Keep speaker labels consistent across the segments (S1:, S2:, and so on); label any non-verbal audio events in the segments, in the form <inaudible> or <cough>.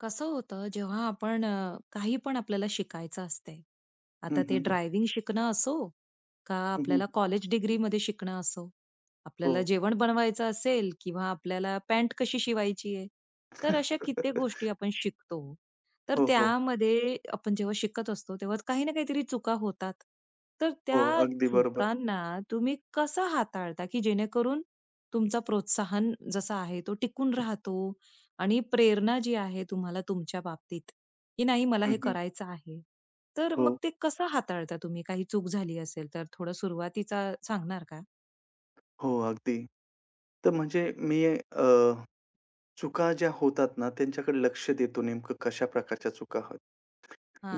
S1: कसं होतं जेव्हा आपण काही पण आपल्याला शिकायचं असते.
S2: हं,
S1: आता ते
S2: हं.
S1: ड्रायव्हिंग शिकणं असो का
S2: हं, हं.
S1: आपल्याला कॉलेज डिग्रीमध्ये शिकणं असो,
S2: हो.
S1: आपल्याला जेवण बनवायचं असेल किंवा आपल्याला पॅन्ट कशी शिवायची आहे. तर अशा कित्येक गोष्टी आपण शिकतो. तर
S2: हो, हो.
S1: त्यामध्ये आपण जेव्हा शिकत असतो तेव्हा काही ना काहीतरी चुका होतात. तर
S2: हो,
S1: त्या
S2: अगदी बरोबर.
S1: चुकांना तुम्ही कसं हाताळता की जेणेकरून तुमचा प्रोत्साहन जसा आहे तो टिकून राहतो आणि प्रेरणा जी आहे तुम्हाला तुमच्या बाबतीत, की नाही मला
S2: हं,
S1: हे
S2: हं.
S1: करायचं आहे. तर
S2: हो,
S1: मग ते कसं हाताळता तुम्ही? काही चूक झाली असेल तर थोडं सुरुवातीचा सांगणार का?
S2: हो, अगदी. तर म्हणजे मी चुका ज्या होतात ना, त्यांच्याकडे लक्ष देतो नेमकं कशा प्रकारच्या चुका आहेत.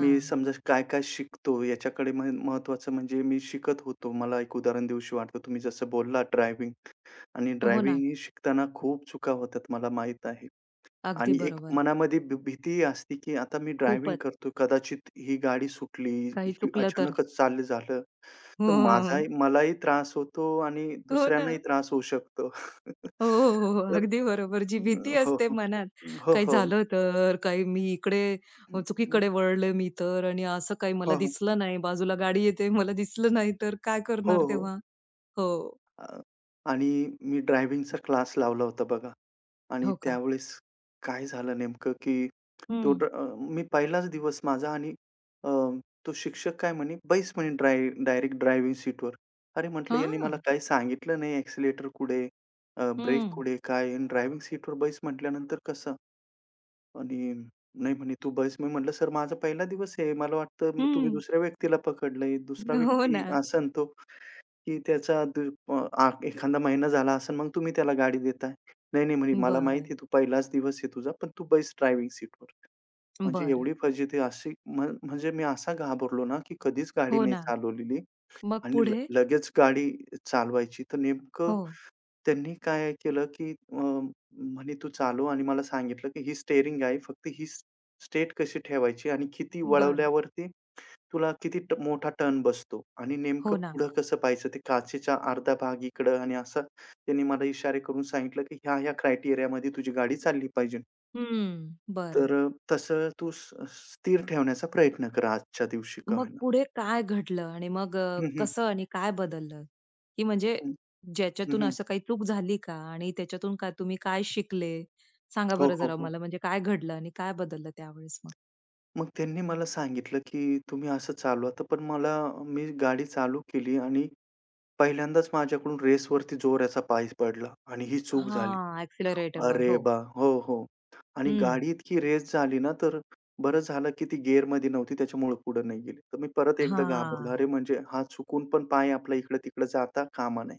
S2: मी समजा काय-काय शिकतो याच्याकडे महत्त्वाचं म्हणजे मी शिकत होतो. मला एक उदाहरण दिवशी वाटतं तुम्ही जसं बोललात ड्रायव्हिंग आणि
S1: हो ना.
S2: ड्रायव्हिंग ही शिकताना खूप चुका होतात मला माहीत आहे.
S1: अगदी
S2: आणि एक
S1: बरोबर.
S2: मनामध्ये भीती असते, की आता मी ड्रायव्हिंग
S1: खूपच.
S2: करतो. कदाचित ही गाडी सुटली,
S1: काही
S2: ही
S1: चुकलं तर.
S2: अचानकच चालू झालं. तर
S1: हं.
S2: माझाही मलाही त्रास होतो आणि
S1: हो ना.
S2: दुसऱ्यांनाही त्रास होऊ शकतो. <laughs>
S1: हो, हो, हो, हो.
S2: तर
S1: अगदी बरोबर. जी भीती
S2: अ, हो,
S1: असते
S2: हो.
S1: मनात,
S2: हो,
S1: काही
S2: हो.
S1: झालं तर, काही मी इकडे
S2: हं, हं.
S1: चुकीकडे वळले मी तर आणि असं काही
S2: हो,
S1: मला
S2: हो.
S1: दिसलं नाही, बाजूला गाडी येते, मला दिसलं नाही तर काय
S2: हो,
S1: करणार
S2: हो.
S1: तेव्हा? हो.
S2: अ, आणि मी ड्रायव्हिंगचा क्लास लावला होता बघा आणि
S1: हो का?
S2: त्यावेळेस काय झालं नेमकं, की
S1: हं.
S2: मी पहिलाच दिवस माझा आणि अ, तो शिक्षक काय म्हणे, "बैस" म्हणे डायरेक्ट ड्रायव्हिंग सीटवर. अरे म्हटलं, "यांनी
S1: हा,
S2: मला काही सांगितलं नाही, एक्सेलेरेटर कुठे ब्रेक
S1: हं,
S2: कुठे काय आहे आणि ड्रायव्हिंग सीटवर बैस म्हटल्यानंतर कसं?" आणि नाही म्हणे तू बस. मी म्हटलं, "सर माझा पहिला दिवस आहे. मला वाटतं तुम्ही
S1: हं.
S2: दुसऱ्या व्यक्तीला पकडलंय. दुसरा
S1: हो
S2: व्यक्ती
S1: ना.
S2: असन तो, की त्याचा दु अ, एखादा महिना झाला असेल, मग तुम्ही त्याला गाडी देताय." "नाही, नाही," म्हणे, "मला
S1: बरं,
S2: माहिती आहे तू पहिलाच दिवस आहे तुझा, पण तू बैस ड्रायव्हिंग सीटवर." म्हणजे
S1: बरं.
S2: एवढी फजिती अशी म्हणजे मी असा घाबरलो ना, की कधीच गाडी
S1: हो
S2: नाही
S1: ना.
S2: चालवलेली
S1: मग
S2: आणि
S1: पुढे?
S2: लगेच गाडी चालवायची. तर नेमकं
S1: हो.
S2: त्यांनी काय केलं, की म्हणे तू चालव आणि मला सांगितलं, की ही स्टेअरिंग आहे. फक्त ही स्टेट कशी ठेवायची आणि किती
S1: बरं.
S2: वळवल्यावरती तुला किती मोठा टर्न बसतो आणि
S1: हो
S2: नेमकं
S1: ना.
S2: पुढं कसं पाहायचं ते काचेचा अर्धा भाग इकडं आणि असा त्यांनी मला इशारे करून सांगितलं, की ह्या-ह्या क्रायटेरियामध्ये तुझी गाडी चालली पाहिजे.
S1: हं. बरं.
S2: तसं तू स स्थिर ठेवण्याचा प्रयत्न कर आजच्या दिवशी का
S1: मग
S2: होईना.
S1: पुढे काय घडलं आणि मग
S2: हं, हं.
S1: कसं आणि काय बदललं? की म्हणजे
S2: हं,
S1: ज्याच्यातून
S2: हं,
S1: असं काही चूक झाली का? आणि त्याच्यातून काय तुम्ही काय शिकले? सांगा
S2: हो,
S1: बरं
S2: हो,
S1: जरा
S2: हो.
S1: मला म्हणजे काय घडलं आणि काय बदललं त्यावेळेस मग?
S2: मग त्यांनी मला सांगितलं, की तुम्ही असं चालवा तर पण मला मी गाडी चालू केली आणि पहिल्यांदाच माझ्याकडून रेसवरती जोराचा पाय पडला आणि ही चूक झाली.
S1: हां, एक्सेलरेटरवर.
S2: अरे
S1: हो.
S2: बा हो, हो. आणि
S1: हं.
S2: गाडी इतकी रेस झाली ना, तर बरं झालं, की ती गिअरमध्ये नव्हती त्याच्यामुळे पुढे नाही गेली. तर मी परत एकदा घाबरलो.
S1: हां.
S2: अरे म्हणजे हा चुकून पण पाय आपला इकडं-तिकडं जाता कामा नये.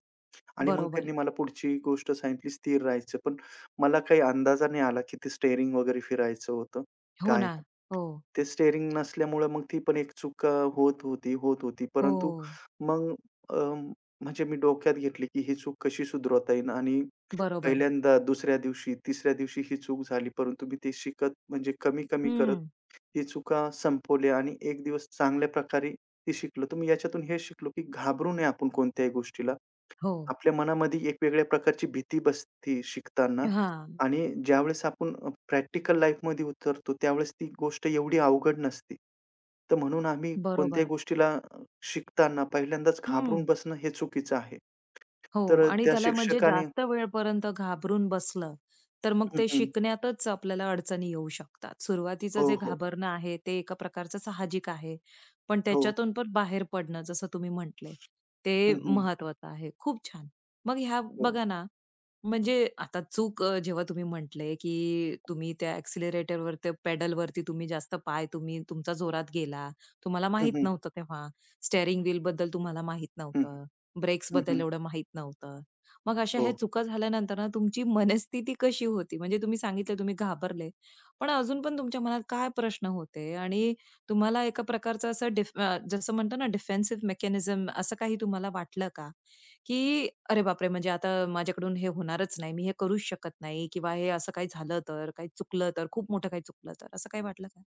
S2: आणि मग
S1: बरोबर.
S2: त्यांनी मला पुढची गोष्ट सांगितली स्थिर राहायचं. पण मला काही अंदाजा नाही आला, की ते स्टेअरिंग वगैरे फिरायचं होतं.
S1: हो
S2: काय
S1: ना. हो.
S2: ते स्टेअरिंग नसल्यामुळं मग ती पण एक चूक होत होती.
S1: हो.
S2: परंतु मग अ, म्हणजे मी डोक्यात घेतली, की ही चूक कशी सुधारवता येईल आणि
S1: बरोबर.
S2: पहिल्यांदा, दुसऱ्या दिवशी, तिसऱ्या दिवशी ही चूक झाली. परंतु मी ते शिकत म्हणजे कमी-कमी करत
S1: हं.
S2: ही चुका संपवल्या आणि एक दिवस चांगल्या प्रकारे ती शिकलो. तर मी याच्यातून हे शिकलो, की घाबरू नये आपण कोणत्याही गोष्टीला.
S1: हो.
S2: आपल्या मनामध्ये एक वेगळ्या प्रकारची भीती बसते शिकताना
S1: हां,
S2: आणि ज्यावेळेस आपण प्रॅक्टिकल लाईफमध्ये उतरतो, त्यावेळेस ती गोष्ट एवढी अवघड नसते. तर म्हणून आम्ही कोणत्याही
S1: बरोबर.
S2: गोष्टीला शिकताना पहिल्यांदाच
S1: हं.
S2: घाबरून बसणं हे चुकीचं आहे.
S1: हो
S2: तर
S1: आणि
S2: त्या
S1: त्याला म्हणजे
S2: शिक्षकाने
S1: जास्त वेळपर्यंत घाबरून बसलं, तर मग
S2: हं,
S1: ते
S2: हं.
S1: शिकण्यातच आपल्याला अडचणी येऊ शकतात. सुरुवातीचं
S2: हो,
S1: जे
S2: हो.
S1: घाबरणं आहे, ते एका प्रकारचं साहजिक आहे. पण
S2: हो.
S1: त्याच्यातून पण बाहेर पडणं, जसं तुम्ही म्हटले,
S2: हं,
S1: ते
S2: हं.
S1: महत्वाचं आहे. खूप छान. मग ह्या
S2: हो.
S1: बघा ना, म्हणजे आता चूक, जेव्हा तुम्ही म्हटले, की तुम्ही त्या एक्सेलरेटरवर, त्या पेडल वरती तुम्ही जास्त पाय तुमचा जोरात गेला. तुम्हाला
S2: हं,
S1: माहीत
S2: हं.
S1: नव्हतं तेव्हा. स्टीअरिंग व्हीलबद्दल तुम्हाला माहीत
S2: हं, हं.
S1: नव्हतं.
S2: हं.
S1: ब्रेक्सबद्दल
S2: हं.
S1: एवढं माहीत नव्हतं. मग अशा ह्या
S2: हो.
S1: चुका झाल्यानंतर ना, तुमची मनस्थिती कशी होती? म्हणजे तुम्ही सांगितलं तुम्ही घाबरले. पण अजून पण तुमच्या मनात काय प्रश्न होते? आणि तुम्हाला एका प्रकारचं असं जसं म्हणतो ना डिफेन्सिव्ह मेकॅनिझम असं काही तुम्हाला वाटलं का? की अरे बापरे! म्हणजे आता माझ्याकडून हे होणारच नाही. मी हे करूच शकत नाही किंवा हे असं काही झालं तर, काही चुकलं तर, खूप मोठं काही चुकलं तर, असं काही वाटलं का?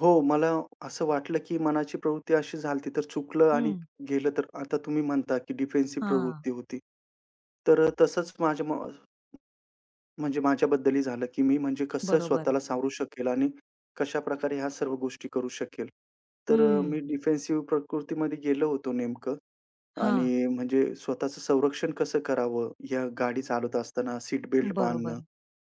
S2: हो, मला असं वाटलं, की मनाची प्रवृत्ती अशी झाली तर चुकलं आणि
S1: हं.
S2: गेलं तर आता तुम्ही म्हणता, की डिफेन्सिव्ह
S1: हां,
S2: प्रवृत्ती होती. तसंच माझ्या म म्हणजे माझ्याबद्दलही झालं, की मी म्हणजे कसं
S1: बरोबर.
S2: स्वतःला सावरू शकेल आणि कशाप्रकारे ह्या सर्व गोष्टी करू शकेल.
S1: हं,
S2: मी डिफेन्सिव्ह प्रकृतीमध्ये गेलो होतो नेमकं
S1: हां,
S2: आणि म्हणजे स्वतःचं संरक्षण कसं करावं, या गाडी चालवत असताना सीट बेल्ट बांधणं
S1: बरोबर.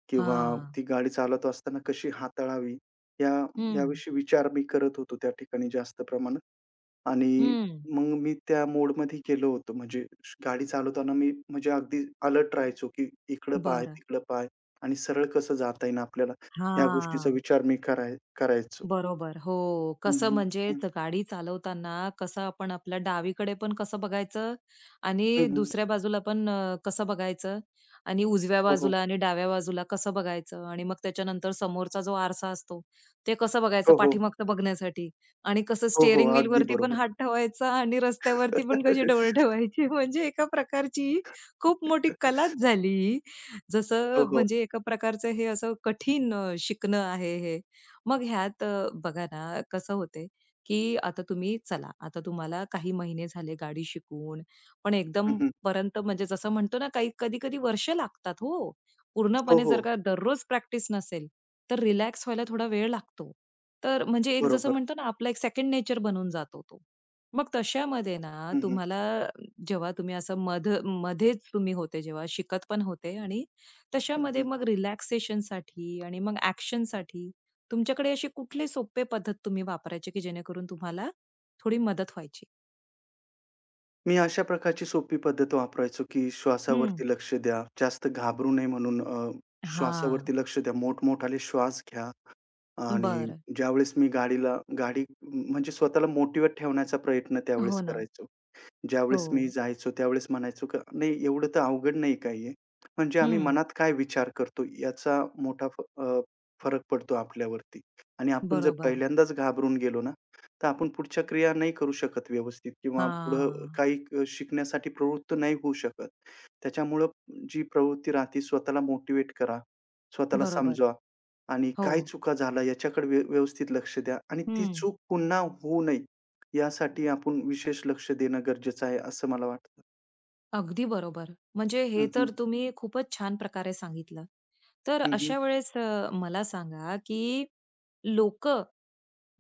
S2: किंवा
S1: हां,
S2: ती गाडी चालवत असताना कशी हाताळावी, या
S1: हं,
S2: याविषयी विचार मी करत होतो त्या ठिकाणी जास्त प्रमाणात आणि
S1: हं.
S2: मग मी त्या मोडमध्ये गेलो होतो. म्हणजे गाडी चालवताना मी म्हणजे अगदी अलर्ट राहायचो, की इकडं पाय,
S1: बरं.
S2: तिकडं पाय आणि सरळ कसं जाता येईल आपल्याला, या गोष्टीचा
S1: हां.
S2: विचार मी करायचो.
S1: बरोबर. हो.
S2: हं,
S1: कसं
S2: हं.
S1: म्हणजे
S2: हं,
S1: त गाडी चालवताना कसं आपण आपल्या डावीकडे पण कसं बघायचं आणि दुसऱ्या बाजूला पण कसं बघायचं आणि उजव्या
S2: हो, हो.
S1: बाजूला आणि डाव्या बाजूला कसं बघायचं आणि मग त्याच्यानंतर समोरचा जो आरसा असतो, ते कसं बघायचं
S2: हो, हो.
S1: पाठीमागचं बघण्यासाठी आणि कसं
S2: हो, हो.
S1: स्टीअरिंग
S2: अगदी
S1: व्हीलवरती पण
S2: बरोबर.
S1: हात ठेवायचा आणि रस्त्यावरती पण कसे डोळे
S2: <laughs>
S1: ठेवायचे. <laughs> म्हणजे एका प्रकारची खूप मोठी कलाच झाली ही.
S2: हो,
S1: जसं
S2: हो.
S1: म्हणजे एका प्रकारचं हे असं कठीण शिकणं आहे हे. मग ह्यात बघा ना कसं होते, की आता तुम्ही चला, आता तुम्हाला काही महिने झाले गाडी शिकून, पण
S2: हं,
S1: एकदम
S2: हं.
S1: पर्यंत म्हणजे जसं म्हणतो ना काही कधी-कधी वर्ष लागतात हो.
S2: हो,
S1: पूर्णपणे
S2: हो.
S1: जर का दररोज प्रॅक्टिस नसेल, तर रिलॅक्स व्हायला थोडा वेळ लागतो. तर म्हणजे एक जसं
S2: बरोबर.
S1: म्हणतो ना आपला एक सेकंड नेचर बनून जातो तो. मग तशामध्ये ना
S2: हं, हं.
S1: तुम्हाला जेव्हा तुम्ही असं मध्येच तुम्ही होते जेव्हा शिकत पण होते आणि तशामध्ये
S2: हं,
S1: मग रिलॅक्सेशनसाठी आणि मग एक्शनसाठी तुमच्याकडे असे कुठले सोपे पद्धत तुम्ही वापरायचे, की जेणेकरून तुम्हाला थोडी मदत व्हायची?
S2: मी अशा प्रकारची सोपी पद्धत वापरायचो, की
S1: हं.
S2: श्वासावरती लक्ष द्या. जास्त घाबरू नये म्हणून श्वासावरती
S1: हां.
S2: लक्ष द्या. मोठमोठाले श्वास घ्या आणि
S1: बरं.
S2: ज्यावेळेस मी गाडी म्हणजे स्वतःला मोटिव्हेट ठेवण्याचा प्रयत्न त्यावेळेस
S1: हो ना.
S2: करायचो.
S1: हो.
S2: ज्यावेळेस मी जायचो, त्यावेळेस म्हणायचो का नाही एवढं तर अवघड नाही काही आहे. म्हणजे आम्ही
S1: हं.
S2: मनात काय विचार करतो याचा मोठा फरक पडतो आपल्यावरती आणि आपण जर
S1: बरोबर.
S2: पहिल्यांदाच घाबरून गेलो ना, तर आपण पुढच्या क्रिया नाही करू शकत व्यवस्थित किंवा पुढं
S1: हां.
S2: काही शिकण्यासाठी प्रवृत्त नाही होऊ शकत. त्याच्यामुळं जी प्रवृत्ती राहते स्वतःला मोटिव्हेट करा, स्वतःला
S1: बरोबर.
S2: समजवा आणि
S1: हो.
S2: काय चुका झाल्या याच्याकडे व्यवस्थित लक्ष द्या आणि ती
S1: हं.
S2: चूक पुन्हा होऊ नये यासाठी आपण विशेष लक्ष देणं गरजेचं आहे, असं मला वाटतं.
S1: अगदी बरोबर. म्हणजे हे
S2: हं, हं.
S1: तर तुम्ही खूपच छान प्रकारे सांगितलं. तर
S2: हं, हं.
S1: अशा वेळेस मला सांगा, की लोकं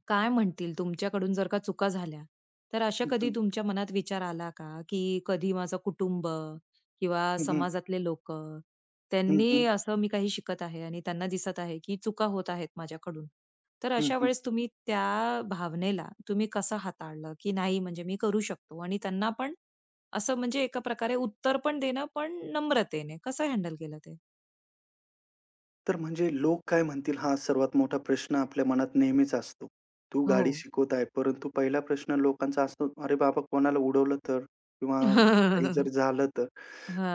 S1: काय म्हणतील तुमच्याकडून जर का चुका झाल्या, तर अशा
S2: हं,
S1: कधी
S2: हं.
S1: तुमच्या मनात विचार आला का, की कधी माझं कुटुंब किंवा
S2: हं, हं.
S1: समाजातले लोक,
S2: हं, हं.
S1: त्यांनी असं मी काही शिकत आहे आणि त्यांना दिसत आहे, की चुका होत आहेत माझ्याकडून. तर
S2: हं,
S1: अशा
S2: हं.
S1: वेळेस तुम्ही त्या भावनेला तुम्ही कसं हाताळलं, की नाही म्हणजे मी करू शकतो आणि त्यांना पण असं म्हणजे एका प्रकारे उत्तर पण देणं, पण नम्रतेने कसं हँडल केलं ते?
S2: तर म्हणजे लोक काय म्हणतील हा सर्वात मोठा प्रश्न आपल्या मनात नेहमीच असतो. तू
S1: हो.
S2: गाडी शिकवत आहे, परंतु पहिला प्रश्न लोकांचा असतो, "अरे बाबा कोणाला उडवलं तर? किंवा काही जर
S1: <laughs>
S2: झालं तर?"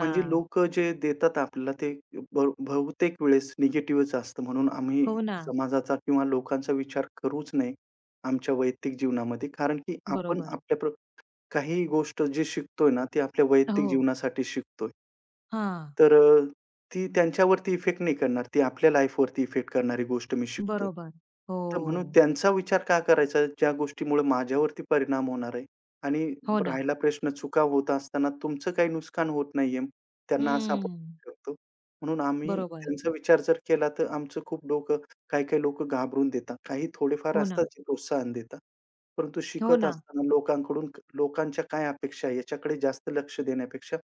S2: म्हणजे लोकं जे देतात आपल्याला ते बहुतेक वेळेस निगेटिव्हच असतं. म्हणून आम्ही
S1: हो ना.
S2: समाजाचा किंवा लोकांचा विचार करूच नये आमच्या वैयक्तिक जीवनामध्ये. कारण की आपण
S1: बरोबर.
S2: आपल्या प्र काही गोष्ट जी शिकतोय ना, ती आपल्या वैयक्तिक
S1: हो.
S2: जीवनासाठी शिकतोय.
S1: हां.
S2: तर अ, ती त्यांच्यावरती इफेक्ट नाही करणार. ती आपल्या लाईफवरती इफेक्ट करणारी गोष्ट मी शिकतोय.
S1: बरोबर. हो.
S2: तर म्हणून त्यांचा विचार का करायचा, ज्या गोष्टीमुळे माझ्यावरती परिणाम होणार आहे आणि
S1: हो ना.
S2: राहिला प्रश्न चुका होत असताना तुमचं काही नुकसान होत नाहीये. त्यांना असं आपण
S1: हं.
S2: म्हणू शकतो. म्हणून आम्ही
S1: बरोबर.
S2: त्यांचा विचार जर केला, तर आमचं खूप डोकं काही-काही लोकं घाबरून देतात. काही थोडेफार
S1: हो
S2: असतात
S1: ना.
S2: जे प्रोत्साहन देतात. परंतु
S1: हो
S2: शिकत
S1: ना.
S2: असताना लोकांकडून लोकांच्या काय अपेक्षा आहे याच्याकडे जास्त लक्ष देण्यापेक्षा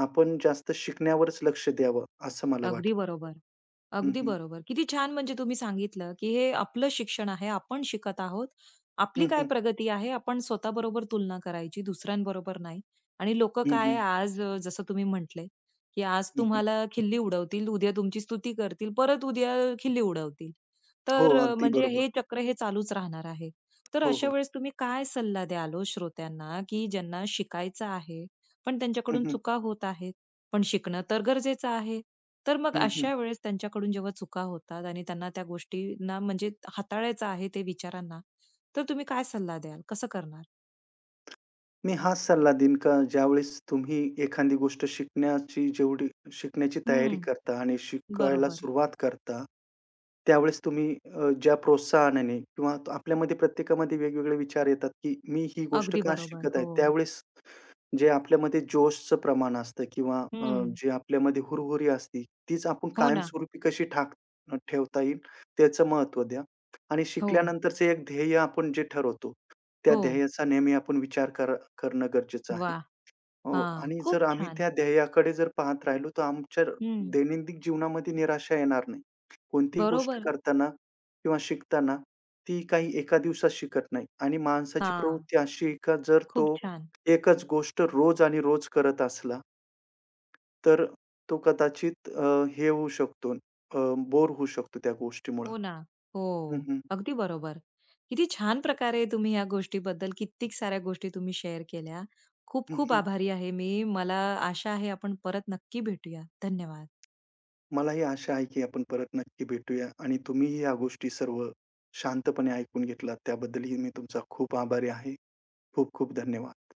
S2: आपण जास्त शिकण्यावरच लक्ष द्यावं, असं मला
S1: अगदी
S2: वाटतं.
S1: बरोबर.
S2: हं,
S1: अगदी
S2: हं.
S1: बरोबर. किती छान म्हणजे तुम्ही सांगितलं, की हे आपलं शिक्षण आहे, आपण शिकत आहोत. आपली
S2: हं,
S1: काय
S2: हं.
S1: प्रगती आहे, आपण स्वतःबरोबर तुलना करायची, दुसऱ्यांबरोबर नाही. आणि लोकं
S2: हं, हं.
S1: काय आज जसं तुम्ही म्हटले, की आज
S2: हं, हं.
S1: तुम्हाला खिल्ली उडवतील, उद्या तुमची स्तुती करतील, परत उद्या खिल्ली उडवतील.
S2: हो,
S1: तर
S2: अगदी
S1: म्हणजे
S2: बरोबर.
S1: हे चक्र हे चालूच राहणार आहे. तर
S2: हो,
S1: अशा
S2: हो.
S1: वेळेस तुम्ही काय सल्ला द्याल ओ श्रोत्यांना, की ज्यांना शिकायचं आहे, पण
S2: हं,
S1: त्यांच्याकडून
S2: हं.
S1: चुका होत आहेत, पण शिकणं तर गरजेचं आहे. तर मग
S2: हं, हं.
S1: अशा वेळेस त्यांच्याकडून जेव्हा चुका होतात आणि त्यांना त्या गोष्टींना म्हणजे हाताळायचं आहे ते विचारांना, तर तुम्ही काय सल्ला द्याल? कसं करणार?
S2: मी हाच सल्ला देईन का ज्यावेळेस तुम्ही एखादी गोष्ट शिकण्याची जेवढी शिकण्याची तयारी
S1: हं,
S2: करता आणि शिकायला
S1: बरोबर.
S2: सुरुवात करता, त्यावेळेस तुम्ही ज्या प्रोत्साहनाने किंवा आपल्यामध्ये प्रत्येकामध्ये वेगवेगळे विचार येतात, की मी ही गोष्ट
S1: अगदी
S2: का
S1: बरोबर.
S2: शिकत आहे?
S1: हो.
S2: त्यावेळेस जे आपल्यामध्ये जोशचं प्रमाण असतं किंवा
S1: हं.
S2: जे आपल्यामध्ये हुरहुरी असते, तीच आपण
S1: हो ना.
S2: कायमस्वरूपी कशी ठेवता येईल त्याचं महत्त्व द्या. आणि
S1: हो,
S2: शिकल्यानंतरचं एक ध्येय आपण जे ठरवतो, त्या
S1: हो.
S2: ध्येयाचा नेहमी आपण विचार करणं गरजेचं
S1: वा,
S2: आहे. हो
S1: हा,
S2: आणि
S1: खूप
S2: जर आम्ही
S1: छान.
S2: त्या ध्येयाकडे जर पाहत राहिलो, तर आमच्या
S1: हं,
S2: दैनंदिन जीवनामध्ये निराशा येणार नाही. कोणतीही गोष्ट
S1: बरोबर.
S2: करताना किंवा शिकताना ती काही एका दिवसात शिकत नाही आणि माणसाची
S1: हा,
S2: प्रवृत्ती अशी आहे का जर
S1: खूप
S2: तो
S1: छान.
S2: एकच गोष्ट रोज आणि रोज करत असला, तर तो कदाचित अ, हे होऊ शकतो, बोर होऊ शकतो त्या गोष्टीमुळं.
S1: हो ना. हो.
S2: हं, हं.
S1: अगदी बरोबर. किती छान प्रकारे तुम्ही या गोष्टीबद्दल कित्येक साऱ्या गोष्टी तुम्ही शेअर केल्या. खूप
S2: हं,
S1: खूप
S2: हं.
S1: आभारी आहे मी. मला आशा आहे आपण परत नक्की भेटूया. धन्यवाद.
S2: मलाही आशा आहे की आपण परत नक्की भेटूया आणि तुम्हीही या गोष्टी सर्व शांतपणे ऐकून घेतलात त्याबद्दलही मी तुमचा खूप आभारी आहे. खूप खूप धन्यवाद.